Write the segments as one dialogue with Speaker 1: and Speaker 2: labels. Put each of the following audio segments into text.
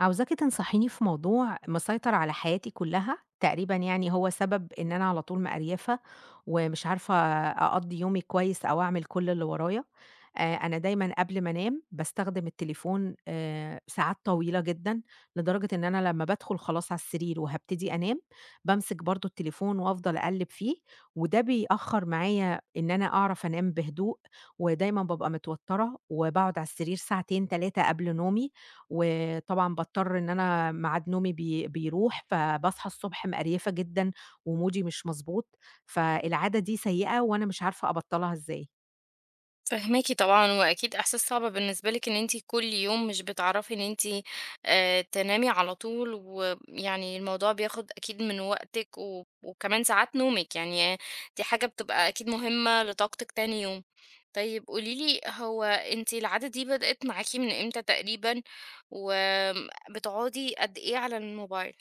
Speaker 1: عاوزاكِ تنصحيني في موضوع مسيطر على حياتي كلّها، تقريبًا يعني هو سبب إن أنا على طول مقريفة، ومش عارفة أقضّي يومي كويس أو أعمل كل اللي ورايا، أنا دايمًا قبل ما أنام باستخدم التليفون ساعات طويلة جدًا، لدرجة إن أنا لمّا بادخل خلاص على السرير وهابتدي أنام، بامسك برضه التليفون وأفضل أقلّب فيه، وده بيأخّر معايا إن أنا أعرف أنام بهدوء، ودايمًا بابقى متوتّرة، وباقعد على السرير ساعتين 3 قبل نومي، وطبعًا باضطر إن أنا ميعاد نومي بيروح، فباصحى الصبح مقريفة جدًا ومودي مش مضبوط، فالعادة دي سيئة وأنا مش عارفة أبطّلها إزاي.
Speaker 2: فاهماكِ طبعًا، وأكيد إحساس صعب بالنسبة لِك إن أنتِ كل يوم مش بتعرفي إن أنتِ تنامي على طول، ويعني الموضوع بياخد أكيد من وقتِك، و وكمان ساعات نومِك، يعني دي حاجة بتبقى أكيد مهمة لطاقتِك تاني يوم. طيب قولي لي، هو أنتِ العادة دي بدأت معاكِ من إمتى تقريبًا، وبتقعدي قد إيه على الموبايل؟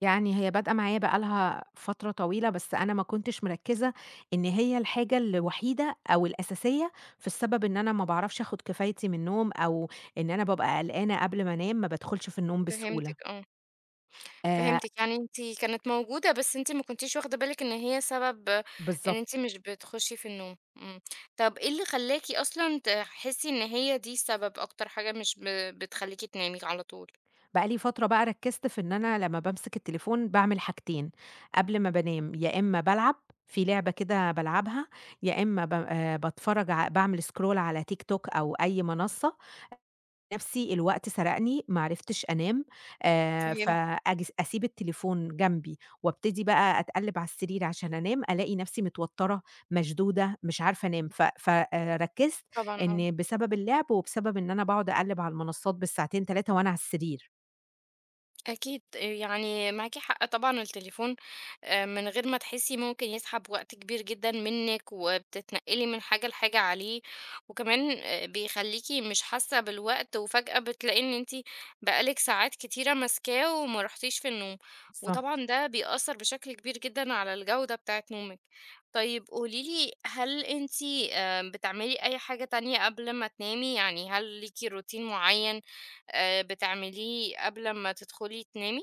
Speaker 1: يعني هي بادئة معايا بقى لها فترة طويلة، بس أنا ما كنتش مركّزة إن هي الحاجة الوحيدة أو الأساسية في السبب إن أنا ما باعرفش آخُد كفايتي من النوم أو إن أنا بابقى قلقانة قبل ما أنام، ما بادخُلش في النوم
Speaker 2: فهمتِك،
Speaker 1: بسهولة.
Speaker 2: آه.
Speaker 1: آآ
Speaker 2: فهمتِك، يعني أنتِ كانت موجودة بس أنتِ ما كنتيش واخدة بالِك إن هي سبب إن أنتِ
Speaker 1: بالضبط.
Speaker 2: مش بتخشي في النوم، طب إيه اللي خلّاكِ أصلًا تحسي إن هي دي السبب أكتر حاجة مش ب بتخلّيكِ تنامي على طول؟
Speaker 1: بقى لي فترة بقى ركّزت في إن أنا لمّا بامسك التليفون باعمل حاجتين قبل ما بانام، يا إمّا بالعب، في لعبة كده بالعبها، يا إمّا ب باتفرّج ع باعمل scroll على TikTok أو أي منصة، نَفْسي الوقت سرقني ما عرفتش أنام،
Speaker 2: فهمت
Speaker 1: فآجي س أسيب التليفون جنبي وابتدي بقى أتقلِّب على السرير عشان أنام، ألاقي نَفْسي متوتّرة، مشدودة، مش عارفة أنام، ف ف ركّزت
Speaker 2: طبعًا، آه.
Speaker 1: إن بسبب اللعب وبسبب إن أنا باقعد أقلِّب على المنصات بالساعتين 3 وأنا على السرير،
Speaker 2: أكيد يعني معاكِ حق طبعًا التليفون من غير ما تحسي ممكن يسحب وقت كبير جدًا منِّك، وبتتنقلي من حاجة لحاجة عليه، وكمان بيخليكِ مش حاسة بالوقت، وفجأة بتلاقي إن أنتِ بقى لِك ساعات كتيرة ماسكاه وما رُحتيش في النوم،
Speaker 1: بالضبط.
Speaker 2: وطبعًا ده بيأثّر بشكل كبير جدًا على الجودة بتاعة نومِك. طيب قولي لي هل أنتِ بتعملي أي حاجة تانية قبل ما تنامي؟ يعني هل ليكِ روتين معين بتعمليه قبل ما تدخلي تنامي؟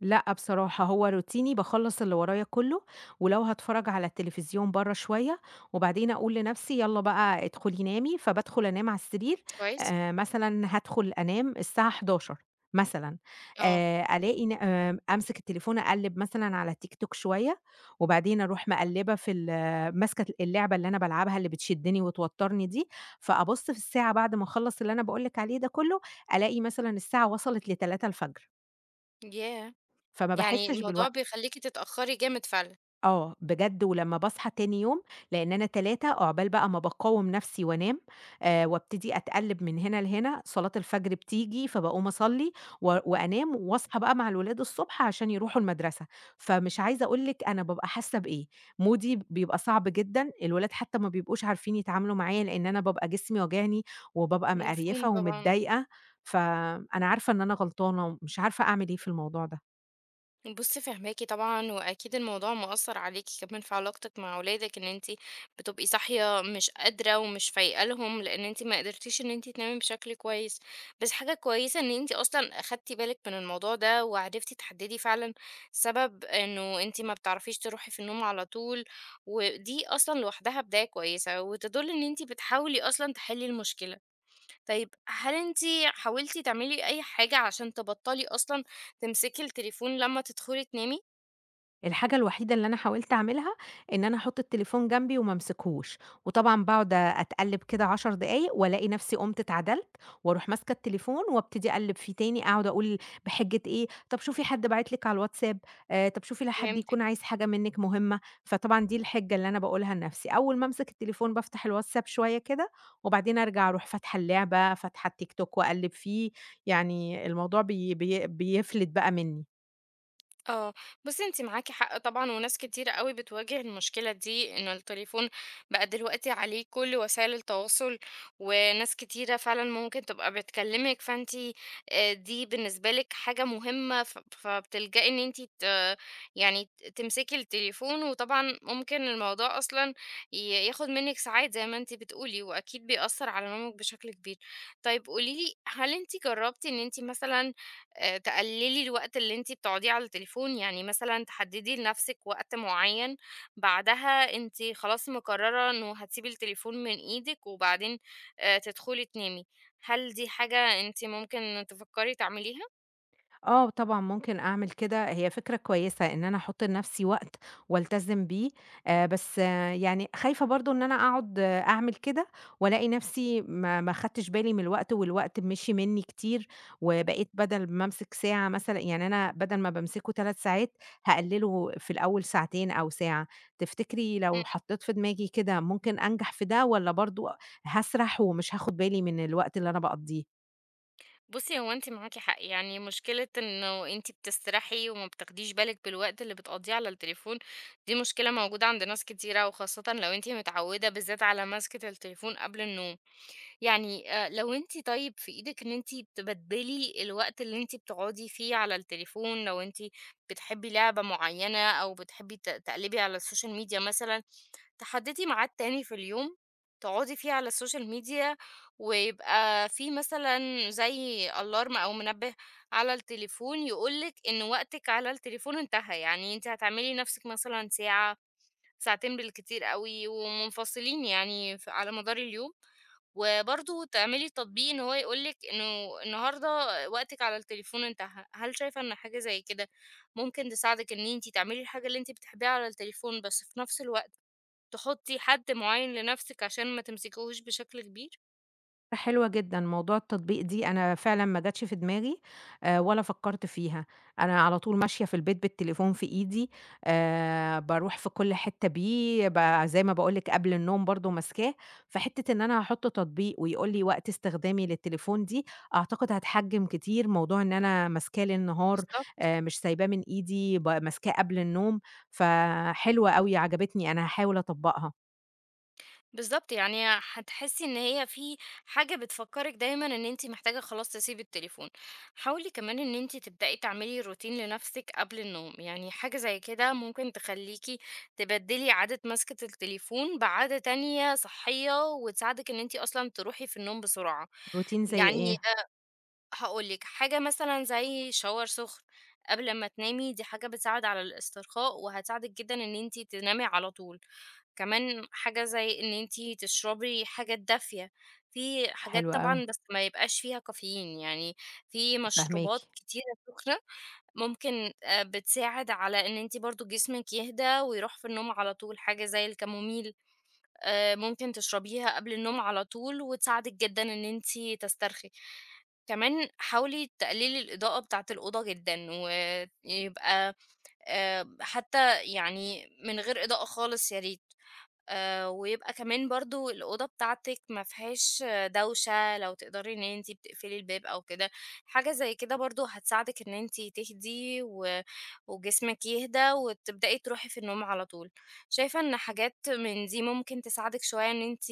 Speaker 1: لأ بصراحة، هو روتيني باخلّص اللي ورايا كلّه، ولو هاتفرّج على التلفزيون برّه شوية، وبعدين أقول لنفسي يالّا بقى ادخلي نامي، فبادخل أنام على السرير،
Speaker 2: كويس،
Speaker 1: مثلًا هادخل أنام الساعة 23:00 مثلًا،
Speaker 2: آه،
Speaker 1: ألاقي ن أمسك التليفون أقلّب مثلًا على TikTok شوية، وبعدين أروح مقلّبة في ال ماسكة اللعبة اللي أنا بالعبها اللي بتشدّني وتوتّرني دي، فأبُص في الساعة بعد ما أخلّص اللي أنا باقول لِك عليه ده كلّه، ألاقي مثلًا الساعة وصلت ل3:00
Speaker 2: ياه!
Speaker 1: فما
Speaker 2: يعني
Speaker 1: باحسّش
Speaker 2: الموضوع
Speaker 1: بالوقت.
Speaker 2: بيخلّيكِ تتأخري جامد فعلًا،
Speaker 1: آه، بجد ولمّا باصحى تاني يوم لإن أنا 3 عقبال بقى ما باقاوم نفسي وأنام، وابتدي أتقلّب من هنا لهنا، صلاة الفجر بتيجي فباقوم أصلّي وأنام وأصحى بقى مع الولاد الصبح عشان يروحوا المدرسة، فمش عايزة أقول لِك أنا بابقى حاسة بإيه، مودي بيبقى صعب جدًا، الولاد حتى ما بيبقوش عارفين يتعاملوا معايا لإن أنا بابقى جسمي واجعني وبابقى
Speaker 2: مفهوم
Speaker 1: مقريفة
Speaker 2: طبعًا.
Speaker 1: ومتضايقة، فأنا عارفة إن أنا غلطانة ومش عارفة أعمل إيه في الموضوع ده.
Speaker 2: بُصّي فاهماكِ طبعًا، وأكيد الموضوع مأثّر عليكِ كمان في علاقتِك مع ولادِك، إن أنتِ بتبقي صاحية مش قادرة ومش فايقة لهم، لإن أنتِ ما قدرتيش إن أنتِ تنامي بشكل كويس. بس حاجة كويسة إن أنتِ أصلًا أخدتِ بالِك من الموضوع ده، وعرفتِ تحددي فعلًا سبب إنه أنتِ ما بتعرفيش تروحي في النوم على طول، ودي أصلًا لوحدها بداية كويسة، وتدل إن أنتِ بتحاولي أصلًا تحلي المشكلة. طيب هل أنتِ حاولتِ تعملي أي حاجة عشان تبطّلي أصلًا تمسكي التليفون لمّا تدخلي تنامي؟
Speaker 1: الحاجة الوحيدة اللي أنا حاولت أعملها، إن أنا أحُط التليفون جنبي وما أمسكهوش، وطبعًا باقعد أتقلِّب كده 10 دقايق وألاقي نفسي قُمت اتعدلت، وأروح ماسكة التليفون وأبتدي أقلِّب فيه تاني، أقعد أقول بحجة إيه، طَب شوفي حد باعت لِك على الواتساب، طَب شوفي لأ حد يكون
Speaker 2: فهمتِك.
Speaker 1: عايز حاجة منِّك مهمة، فطبعًا دي الحجة اللي أنا باقولها لنفسي، أول ما أمسك التليفون بافتح الواتساب شوية كده، وبعدين أرجع أروح فاتحة اللعبة، فاتحة التيك توك وأقلِّب فيه، يعني الموضوع بي بي بيفلِت بقى منّي.
Speaker 2: آه، بُصّي أنتِ معاكِ حق طبعًا، وناس كتيرة أوي بتواجه المشكلة دي، إنه التليفون بقى دلوقتي عليه كل وسائل التواصل، وناس كتيرة فعلًا ممكن تبقى بتكلمِك، فأنتِ دي بالنسبة لِك حاجة مهمة، ف فبتلجئي إن أنتِ ت يعني ت تمسكي التليفون، وطبعًا ممكن الموضوع أصلًا ياخد منِك ساعات زي ما أنتِ بتقولي، وأكيد بيأثّر على نومِك بشكل كبير. طيب قولي لي، هل أنتِ جربتِ إن أنتِ مثلًا تقللي الوقت اللي أنتِ بتقعديه على التليفون، يعني مثلًا تحددي لنفسِك وقت معين، بعدها أنتِ خلاص مقررة إنه هتسيبي التليفون من إيدِك، وبعدين تدخلي تنامي. هل دي حاجة أنتِ ممكن تفكري تعمليها؟
Speaker 1: آه، طبعًا ممكن أعمل كده، هي فكرة كويسة إن أنا أحُط لنَفْسي وقت والتزم بيه، بس آه يعني خايفة برضه إن أنا أقعُد آه أعمل كده وألاقي نَفْسي ما خدتش بالي من الوقت والوقت مشي منّي كتير، وبقيت بدل ما أمسك ساعة مثلًا يعني أنا بدل ما بامسكه 3 ساعات، هاقلِّله في الأول ساعتين أو ساعة. تفتكري
Speaker 2: إمم.
Speaker 1: لو حطّيت في دماغي كده ممكن أنجح في ده والّا برضه هاسرح ومش هاخُد بالي من الوقت اللي أنا باقضّيه؟
Speaker 2: بُصي هو أنتِ معاكِ حق، يعني مشكلة إنه أنتِ بتسترخي وما بتاخديش بالِك بالوقت اللي بتقضيه على التليفون، دي مشكلة موجودة عند ناس كتيرة، وخاصةً لو أنتِ متعودة بالذات على مسكة التليفون قبل النوم. يعني لو أنتِ طيب في إيدِك إن أنتِ تبدّلي الوقت اللي أنتِ بتقعدي فيه على التليفون، لو أنتِ بتحبّي لعبة معيّنة أو بتحبّي تقلبي على السوشيال ميديا مثلًا، تحدّدي ميعاد تاني في اليوم تقعدي فيه على السوشيال ميديا، ويبقى في مثلًا زي alarm أو منبه على التليفون يقول لِك إن وقتِك على التليفون انتهى، يعني أنتِ هتعملي لنفسِك مثلًا ساعة، ساعتين بالكتير أوي ومنفصلين يعني ف على مدار اليوم. وبرضه تعملي تطبيق إن هو يقول لِك إنه النهارده وقتِك على التليفون انتهى، هل شايفة إن حاجة زي كده ممكن تساعدِك إن أنتِ تعملي الحاجة اللي أنتِ بتحبيها على التليفون، بس في نفس الوقت تحطّي حد معيّن لنفسِك عشان ما تمسكيهوش بشكل كبير؟
Speaker 1: حلوة جدًا، موضوع التطبيق دي أنا فعلًا ما جاتش في دماغي ولا فكّرت فيها، أنا على طول ماشية في البيت بالتليفون في إيدي، باروح في كل حتّة بيه زي ما باقول لِك قبل النوم برضه ماسكاه، فحتّة إن أنا هاحُط تطبيق ويقول لي وقت استخدامي للتليفون دي، أعتقد هتحجّم كتير موضوع إن أنا ماسكاه ليل نهار،
Speaker 2: بالضبط.
Speaker 1: مش سايباه من إيدي، ماسكاه قبل النوم، فحلوة أوي عجبتني أنا هاحاول أطبّقها.
Speaker 2: بالضبط، يعني هتحسّي إن هي في حاجة بتفكّرِك دايمًا إن أنتِ محتاجة خلاص تسيبي التليفون. حاولي كمان إن أنتِ تبدئي تعملي روتين لنَفْسِك قبل النوم، يعني حاجة زي كده ممكن تخلّيكِ تبدّلي عادة مَسكة التليفون بعادة تانية صحّية وتساعدِك إن أنتِ أصلًا تروحي في النوم بسرعة.
Speaker 1: روتين
Speaker 2: إمم.
Speaker 1: زي
Speaker 2: يعني
Speaker 1: إيه؟
Speaker 2: هاقول لِك، حاجة مثلًا زي shower سخن قبل أمّا تنامي، دي حاجة بتساعد على الاسترخاء وهتساعدِك جدًا إن أنتِ تنامي على طول. كمان حاجة زي إن أنتِ تشربي حاجات دافية، في حاجات
Speaker 1: حلو أوي،
Speaker 2: طبعًا بس ما يبقاش فيها كافيين، يعني في
Speaker 1: فاهماكِ.
Speaker 2: مشروبات كتيرة سخنة ممكن بتساعد على إن أنتِ برضه جسمِك يهدى ويروح في النوم على طول، حاجة زي الكاموميل. ممكن تشربيها قبل النوم على طول وتساعدِك جدًا إن أنتِ تسترخي. كمان حاولي تقللي الإضاءة بتاعة الأوضة جدًا، ويبقى حتى يعني من غير إضاءة خالص يا ريت. ويبقى كمان برضه الأوضة بتاعتِك ما فيهاش آه، دوشة، لو تقدري إن أنتِ بتقفلي الباب أو كده، حاجة زي كده برضه هتساعدِك إن أنتِ تهدي و وجسمِك يهدى وتبدئي تروحي في النوم على طول. شايفة إن حاجات من دي ممكن تساعدِك شوية إن أنتِ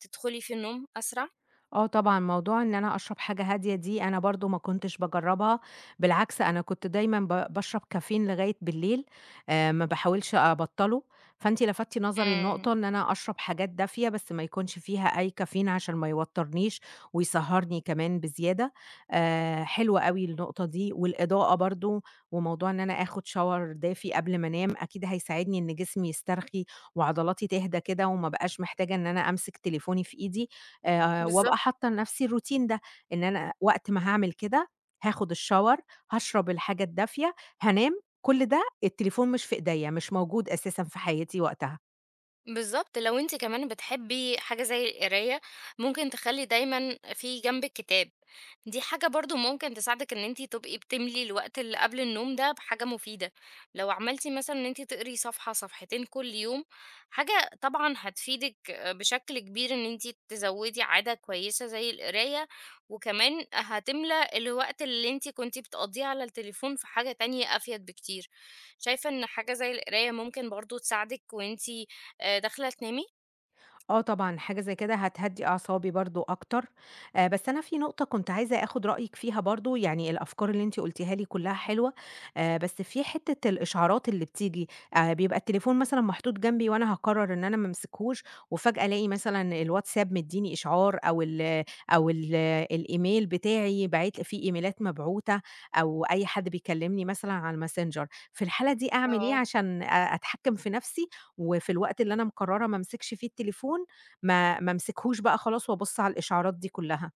Speaker 2: تدخلي في النوم أسرع؟
Speaker 1: آه طبعًا، موضوع إن أنا أشرب حاجة هادية دي أنا برضه ما كنتش باجرّبها، بالعكس أنا كنت دايمًا باشرب كافيين لغاية بالليل، ما باحاولش أبطّله، فأنتِ لفتِ نظري
Speaker 2: إمم،
Speaker 1: لنقطة إن أنا أشرب حاجات دافية بس ما يكونش فيها أي كافيين عشان ما يوتّرنيش ويسهّرني كمان بزيادة، حلوة أوي النقطة دي، والإضاءة برضه وموضوع إن أنا آخُد شاور دافي قبل ما أنام أكيد هيساعدني إن جسمي يسترخي وعضلاتي تهدى كده وما أبقاش محتاجة إن أنا أمسك تليفوني في إيدي،
Speaker 2: بالضبط.
Speaker 1: وأبقى حاطة لنفسي الroutine ده، إن أنا وقت ما هاعمل كده، هاخد الShower، هاشرب الحاجة الدافية، هانام، كل ده التليفون مش في إيديّا، مش موجود أساسًا في حياتي وقتها.
Speaker 2: بالضبط، لو أنتِ كمان بتحبي حاجة زي القراية، ممكن تخلّي دايمًا في جنبِك كتاب، دي حاجة برضه ممكن تساعدِك إن أنتِ تبقي بتملي الوقت اللي قبل النوم ده بحاجة مفيدة، لو عملتِ مثلًا إن أنتِ تقري صفحة، صفحتين كل يوم، حاجة طبعًا هتفيدِك بشكل كبير إن أنتِ تزوّدي عادة كويسة زي القراية، وكمان هتملى الوقت اللي أنتِ كنتِ بتقضّيه على التليفون في حاجة تانية أفيد بكتير، شايفة إن حاجة زي القراية ممكن برضه تساعدِك وأنتِ داخلة تنامي
Speaker 1: آه طبعًا، حاجة زي كده هتهدّي أعصابي برضه أكتر، بس أنا في نقطة كنت عايزة آخُد رأيِك فيها برضه، يعني الأفكار اللي أنتِ قُلتيها لي كُلّها حلوة، بس في حتّة الإشعارات اللي بتيجي، بيبقى التليفون مثلًا محطوط جنبي وأنا هاقرّر إن أنا ما أمسكهوش، وفجأة ألاقي مثلًا الواتساب مدّيني إشعار أو ال أو ال الإيميل بتاعي باعت في إيميلات مبعوتة أو أي حد بيكلّمني مثلًا على الMessenger، في الحالة دي أعمل إيه
Speaker 2: آه.
Speaker 1: عشان أتحكّم في نَفْسي وفي الوقت اللي أنا مقررة ما أمسكش فيه التليفون، ما أمسكهوش بقى خلاص وأبُص على الإشعارات دي كلها.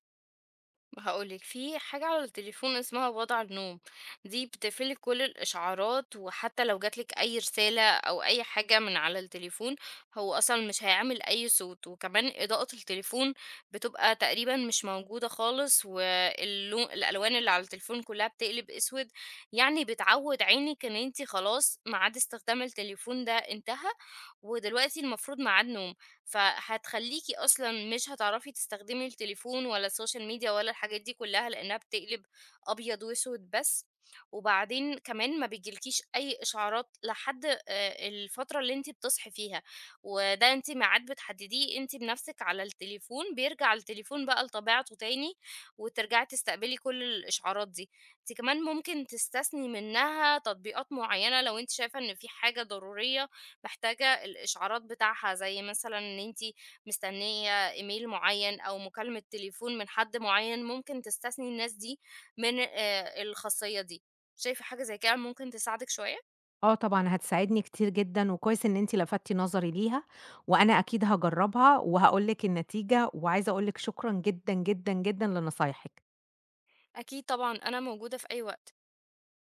Speaker 2: هاقول لِك، في حاجة على التليفون اسمها وضع النوم، دي بتقفل لِك كل الإشعارات، وحتى لو جات لِك أي رسالة أو أي حاجة من على التليفون، هو أصلًا مش هيعمل أي صوت، وكمان إضاءة التليفون بتبقى تقريبًا مش موجودة خالص، واللو الألوان اللي على التليفون كلها بتقلب أسود، يعني بتعوّد عينِك إن أنتِ خلاص ميعاد استخدام التليفون ده انتهى، ودلوقتي المفروض ميعاد نوم. فهتخلّيكِ أصلًا مش هتعرفي تستخدمي التليفون ولا السوشيال ميديا ولا الحاجات دي كلّها، لإنها بتقلب أبيض وأسود بس، وبعدين كمان ما بييجيلكيش أي إشعارات لحد الفترة اللي أنتِ بتصحي فيها، وده أنتِ ميعاد بتحدديه أنتِ بنفسِك على التليفون، بيرجع التليفون بقى لطبيعته تاني، وترجعي تستقبلي كل الإشعارات دي. أنتِ كمان ممكن تستثني منها تطبيقات معيّنة لو أنتِ شايفة إن في حاجة ضرورية محتاجة الإشعارات بتاعها زي مثلًا إن أنتِ مستنية إيميل معيّن أو مكالمة تليفون من حد معيّن، ممكن تستثني الناس دي من الخاصية دي. شايفة حاجة زي كده ممكن تساعدِك شوية؟
Speaker 1: آه طبعًا هتساعدني كتير جدًا، وكويس إن أنتِ لفتتِ نظري ليها، وأنا أكيد هاجربها وهاقول لِك النتيجة، وعايزة أقول لِك شكرًا جدًا، جدًا، جدًا لنصايحِك.
Speaker 2: أكيد طبعًا، أنا موجودة في أي وقت.